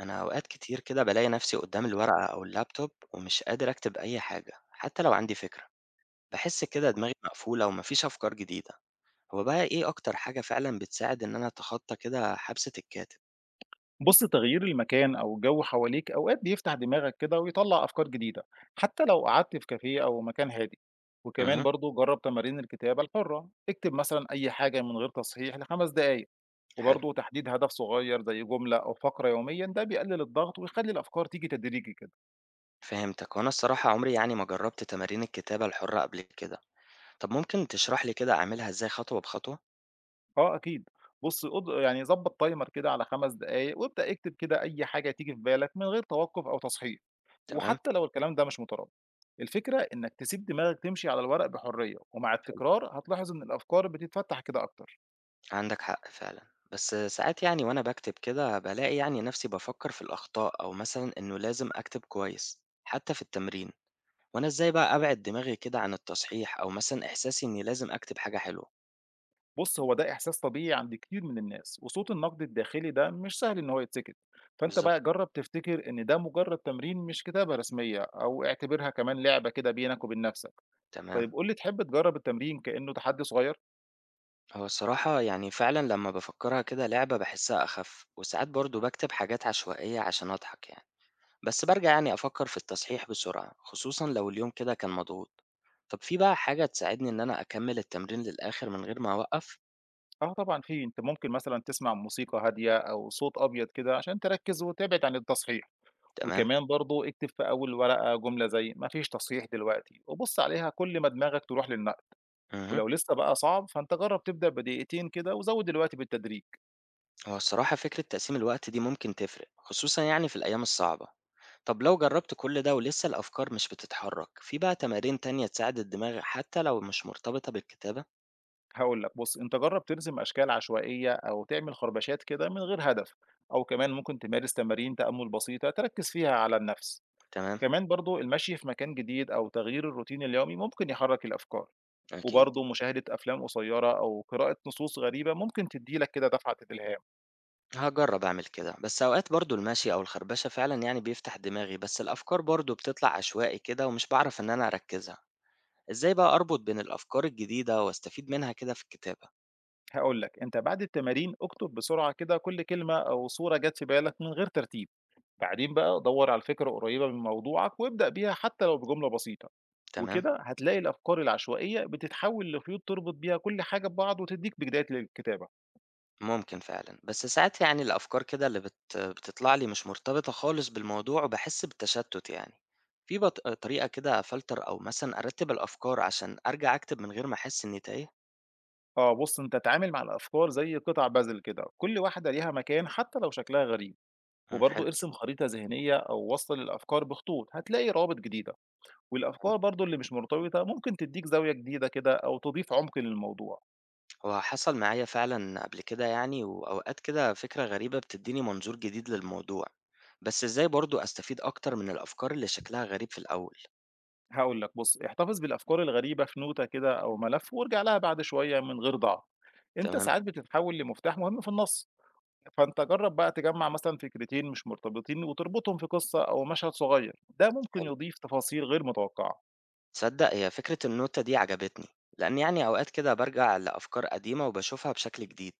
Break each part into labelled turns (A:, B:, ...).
A: أنا أوقات كتير كده بلاقي نفسي قدام الورقة أو اللابتوب ومش قادر أكتب أي حاجة حتى لو عندي فكرة. بحس كده دماغي مقفولة ومفيش أفكار جديدة. هو بقى إيه أكتر حاجة فعلا بتساعد إن أنا أتخطى كده حبسة الكاتب؟
B: بص، تغيير المكان أو الجو حواليك أوقات بيفتح دماغك كده ويطلع أفكار جديدة. حتى لو قعدت في كافيه أو مكان هادي. وكمان
A: أها.
B: برضو جرب تمارين الكتابة الحرة، اكتب مثلا أي حاجة من غير تصحيح لـ5 دقايق.
A: حلو.
B: وبرضو تحديد هدف صغير زي جملة أو فقرة يوميا، ده بيقلل الضغط ويخلي الأفكار تيجي تدريجي كده.
A: فهمتك، وأنا الصراحة عمري يعني ما جربت تمارين الكتابة الحرة قبل كده. طب ممكن تشرح لي كده أعملها إزاي خطوة بخطوة؟
B: آه، أكيد. بُص، قُض يعني ضبّط timer كده على 5 دقايق، وابدأ اكتب كده أي حاجة تيجي في بالك من غير توقُّف أو تصحيح،
A: تمام.
B: وحتى لو الكلام ده مش مترابط. الفكرة إنك تسيب دماغك تمشي على الورق بحرية، ومع التكرار هتلاحظ إن الأفكار بتتفتّح كده أكتر.
A: عندك حق فعلا. بس ساعات يعني وأنا بكتب كده بلاقي يعني نفسي بفكر في الأخطاء أو مثلا إنه لازم أكتب كويس حتى في التمرين. وأنا إزاي بقى أبعد دماغي كده عن التصحيح أو مثلًا إحساسي إني لازم أكتب حاجة حلوة؟
B: بُص، هو ده إحساس طبيعي عند كتير من الناس، وصوت النقد الداخلي ده مش سهل إن هو يتسكت، فأنت
A: بالضبط،
B: بقى جرّب تفتكر إن ده مجرّد تمرين مش كتابة رسمية، أو اعتبرها كمان لعبة كده بينك وبين نَفْسك.
A: تمام.
B: طيب قُل لي، تحب تجرّب التمرين كإنه تحدّي صغير؟
A: هو الصراحة يعني فعلًا لمّا بافكّرها كده لعبة باحسّها أخَف، وساعات برضه باكتب حاجات عشوائية عشان أضحك يعني، بس بارجع يعني أفكّر في التصحيح بسرعة، خصوصًا لو اليوم كده كان مضغوط. طَب في بقى حاجة تساعدني إن أنا أكمّل التمرين للآخِر من غير ما أوقّف؟
B: آه طبعًا في. أنت ممكن مثلًا تسمع موسيقى هادية أو صوت أبيض كده عشان تركّز وتبعد عن التصحيح.
A: تمام.
B: وكمان برضه اكتب في أول ورقة جملة زي ما فيش تصحيح دلوقتي، وبُص عليها كل ما دماغك تروح للنقل.
A: اهم.
B: ولو لسه بقى صعب فأنت جرّب تبدأ بـ2 دقيقة كده وزوّد دلوقتي بالتدريج.
A: هو الصراحة فكرة تقسيم الوقت دي ممكن تفرق خصوصا يعني في الأيام الصعبة. طب لو جربت كل ده ولسه الأفكار مش بتتحرك، في بقى تمارين تانية تساعد الدماغ حتى لو مش مرتبطة بالكتابة؟
B: هاقول لك، بُص أنت جرّب ترسم أشكال عشوائية أو تعمل خربشات كده من غير هدف، أو كمان ممكن تمارس تمارين تأمل بسيطة تركّز فيها على النفس.
A: تمام.
B: كمان برضه المشي في مكان جديد أو تغيير الروتين اليومي ممكن يحرك الأفكار.
A: أكيد.
B: وبرضه مشاهدة أفلام قصيّرة أو قراءة نصوص غريبة ممكن تدّي لك كده دفعة الإلهام.
A: هجرب أعمل كده، بس أوقات برضو المشي أو الخربشة فعلا يعني بيفتح دماغي، بس الأفكار برضو بتطلع عشوائي كده ومش بعرف إن أنا أركزها. إزاي بقى أربط بين الأفكار الجديدة وأستفيد منها كده في الكتابة؟
B: هاقول لك، أنت بعد التمارين اكتب بسرعة كده كل كلمة أو صورة جات في بالك من غير ترتيب، بعدين بقى دَوّر على فكرة قريّبة من موضوعك وابدأ بيها حتى لو بجملة بسيطة.
A: تمام.
B: وكده هتلاقي الأفكار العشوائية بتتحوّل لخيوط تربط بيها كل حاجة ببعض وتدّيك بداية للكتابة.
A: ممكن فعلًا، بس ساعات يعني الأفكار كده اللي بتطلع لي مش مرتبطة خالص بالموضوع وباحس بالتشتُّت يعني، في طريقة كده أفلتر أو مثلًا أرتّب الأفكار عشان أرجع أكتب من غير ما أحس إني تايه؟
B: آه، بُص أنت اتعامل مع الأفكار زي قطع puzzle كده، كل واحدة ليها مكان حتى لو شكلها غريب.
A: إمم،
B: وبرضه
A: حلو.
B: ارسم خريطة ذهنية أو وصل الأفكار بخطوط، هتلاقي روابط جديدة.
A: أوي،
B: والأفكار برضه اللي مش مرتبطة ممكن تديك زاوية جديدة كده أو تضيف عمق للموضوع.
A: هو حصل معايا فعلًا قبل كده يعني، وأوقات كده فكرة غريبة بتدّيني منظور جديد للموضوع، بس إزاي برضه أستفيد أكتر من الأفكار اللي شكلها غريب في الأول؟
B: هقول لك، بص احتفظ بالأفكار الغريبة في نوتة كده أو ملف وارجع لها بعد شوية من غير ضعف. أنت
A: تمام.
B: ساعات بتتحول لمفتاح مهم في النص. فأنت جرب بقى تجمع مثلا فكرتين مش مرتبطين وتربطهم في قصة أو مشهد صغير، ده ممكن
A: حلو.
B: يضيف تفاصيل غير متوقعة.
A: تصدّق هي فكرة النوتة دي عجبتني، لإن يعني أوقات كده بارجع لأفكار قديمة وباشوفها بشكل جديد.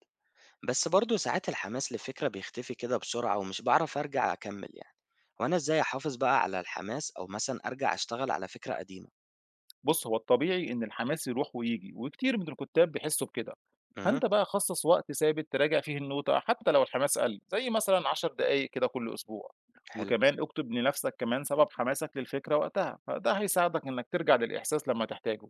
A: بس برضه ساعات الحماس للفكرة بيختفي كده بسرعة ومش بعرف أرجع أكمل يعني. وأنا إزاي أحافظ بقى على الحماس أو مثلا أرجع أشتغل على فكرة قديمة؟
B: بُص، هو الطبيعي إن الحماس يروح وييجي، وكتير من الكُتّاب بيحسّوا بكده.
A: امم.
B: فأنت بقى خصّص وقت ثابت تراجع فيه النوتة حتى لو الحماس قَل، زي مثلًا 10 دقايق كده كل أسبوع.
A: حلو.
B: وكمان اكتب لنَفْسك كمان سبب حماسك للفكرة وقتها، فده هيساعدك إنّك ترجع للإحساس لمّا تحتاجه.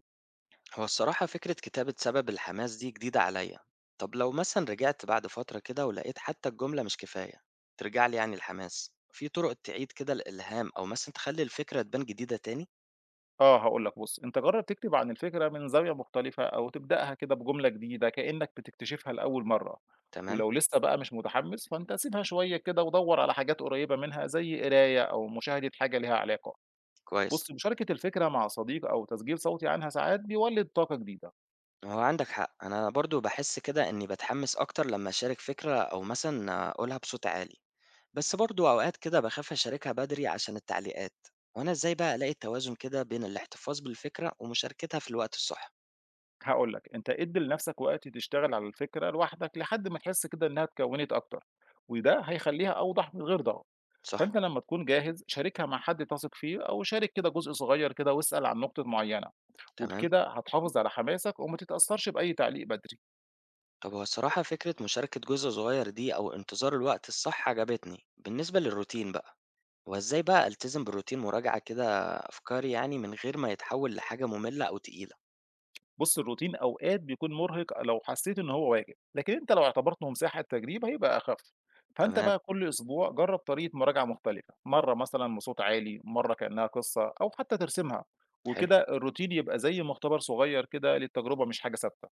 A: هو الصراحة فكرة كتابة سبب الحماس دي جديدة عليا. طب لو مثلا رجعت بعد فترة كده ولقيت حتى الجملة مش كفاية، ترجع لي يعني الحماس؟ في طرق تعيد كده الإلهام أو مثلا تخلي الفكرة تبان جديدة تاني؟
B: آه، هاقول لك، بُص أنت جرّب تكتب عن الفكرة من زاوية مختلفة أو تبدأها كده بجملة جديدة كإنّك بتكتشفها لأول مرّة.
A: تمام.
B: ولو لسّه بقى مش متحمّس فأنت سيبها شوية كده ودوّر على حاجات قريّبة منها زي قراية أو مشاهدة حاجة ليها علاقة.
A: كويس.
B: بُص، مشاركة الفكرة مع صديق أو تسجيل صوتي عنها ساعات بيولد طاقة جديدة.
A: هو عندك حق، أنا برضو بحس كده إني بتحمس أكتر لما أشارك فكرة أو مثلا أقولها بصوت عالي، بس برضو أوقات كده بخاف أشاركها بدري عشان التعليقات. وأنا إزاي بقى ألاقي التوازن كده بين الاحتفاظ بالفكرة ومشاركتها في الوقت الصح؟
B: هاقول لك، أنت ادّي لنفسك وقت تشتغل على الفكرة لوحدك لحد ما تحس كده إنها اتكوّنت أكتر، وده هيخلّيها أوضح من غير ضغط.
A: صح.
B: فأنت لمّا تكون جاهز شاركها مع حد تثق فيه أو شارك كده جزء صغير كده واسأل عن نقطة معيّنة.
A: تمام.
B: وبكده هتحافظ على حماسك وما تتأثّرش بأي تعليق بدري.
A: طب هو الصراحة فكرة مشاركة جزء صغير دي أو انتظار الوقت الصح عجبتني. بالنسبة للروتين بقى، هو إزاي بقى ألتزم بالروتين مراجعة كده أفكاري يعني من غير ما يتحول لحاجة مملة أو تقيلة؟
B: بُص، الروتين أوقات بيكون مرهق لو حسيت إن هو واجب، لكن أنت لو اعتبرته مساحة تجريب هيبقى أخف. فأنت
A: تمام.
B: بقى كل أسبوع جرب طريقة مراجعة مختلفة، مرة مثلًا بصوت عالي، مرة كأنها قصة أو حتى ترسمها.
A: حلو.
B: وكده الروتين يبقى زي مختبر صغير كده للتجربة، مش حاجة ثابتة.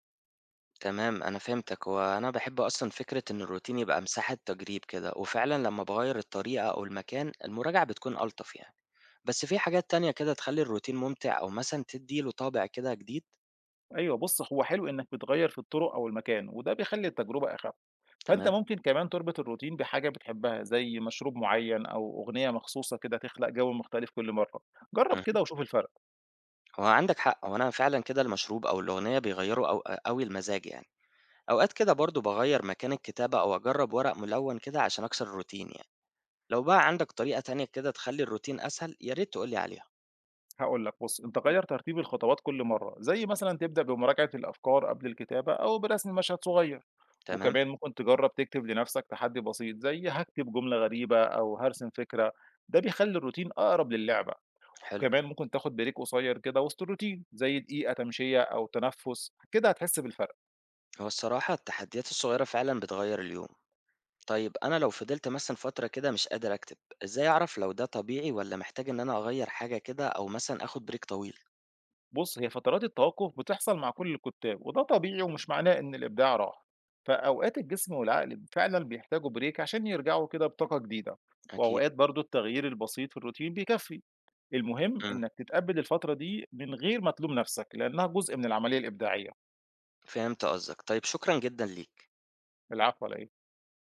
A: تمام، أنا فهمتك، وأنا بحب أصلا فكرة إن الروتين يبقى مساحة تجريب كده، وفعلا لما بغير الطريقة أو المكان المراجعة بتكون ألطف يعني. بس في حاجات تانية كده تخلّي الروتين ممتع أو مثلًا تدّي له طابع كده جديد؟
B: أيوه، بُص هو حلو إنك بتغير في الطرق أو المكان، وده بيخلي التجربة أخف. فأنت
A: تمام،
B: ممكن كمان تربط الروتين بحاجة بتحبها زي مشروب معين أو أغنية مخصوصة كده تخلق جو مختلف كل مرة. جرب
A: اهم،
B: كده وشوف الفرق.
A: هو عندك حق، هو أنا فعلًا كده المشروب أو الأغنية بيغيّروا أو أوي المزاج يعني، أوقات كده برضه باغيّر مكان الكتابة أو أجرّب ورق ملوّن كده عشان أكسر الروتين يعني، لو بقى عندك طريقة تانية كده تخلّي الروتين أسهل يا ريت تقول لي عليها.
B: هاقول لك، بُص أنت غيّر ترتيب الخطوات كل مرّة، زي مثلًا تبدأ بمراجعة الأفكار قبل الكتابة أو برسم مشهد صغير.
A: تمام.
B: وكمان ممكن تجرّب تكتب لنفسك تحدي بسيط زي هاكتب جملة غريبة أو هارسم فكرة، ده بيخلّي الروتين أقرب للعبة.
A: حلو.
B: كمان ممكن تاخد بريك قصير كده وسط الروتين زي دقيقة تمشية أو تنفُّس، كده هتحس بالفرق.
A: هو الصراحة التحديات الصغيرة فعلًا بتغيّر اليوم. طيب أنا لو فضلت مثلًا فترة كده مش قادر أكتب، إزاي أعرف لو ده طبيعي والّا محتاج إن أنا أغيّر حاجة كده أو مثلًا آخد break طويل؟
B: بُص، هي فترات التوقف بتحصل مع كل الكتاب، وده طبيعي ومش معناه إن الإبداع راح. فأوقات الجسم والعقل فعلًا بيحتاجوا بريك عشان يرجعوا كده بطاقة جديدة.
A: أكيد.
B: وأوقات برضه التغيير البسيط في الروتين بيكفي. المهم
A: إمم،
B: إنك تتقبل الفترة دي من غير ما تلوم نفسك، لأنها جزء من العملية الإبداعية.
A: فهمت قصدك. طيب شكرًا جدًا ليك.
B: العفو، على إيه؟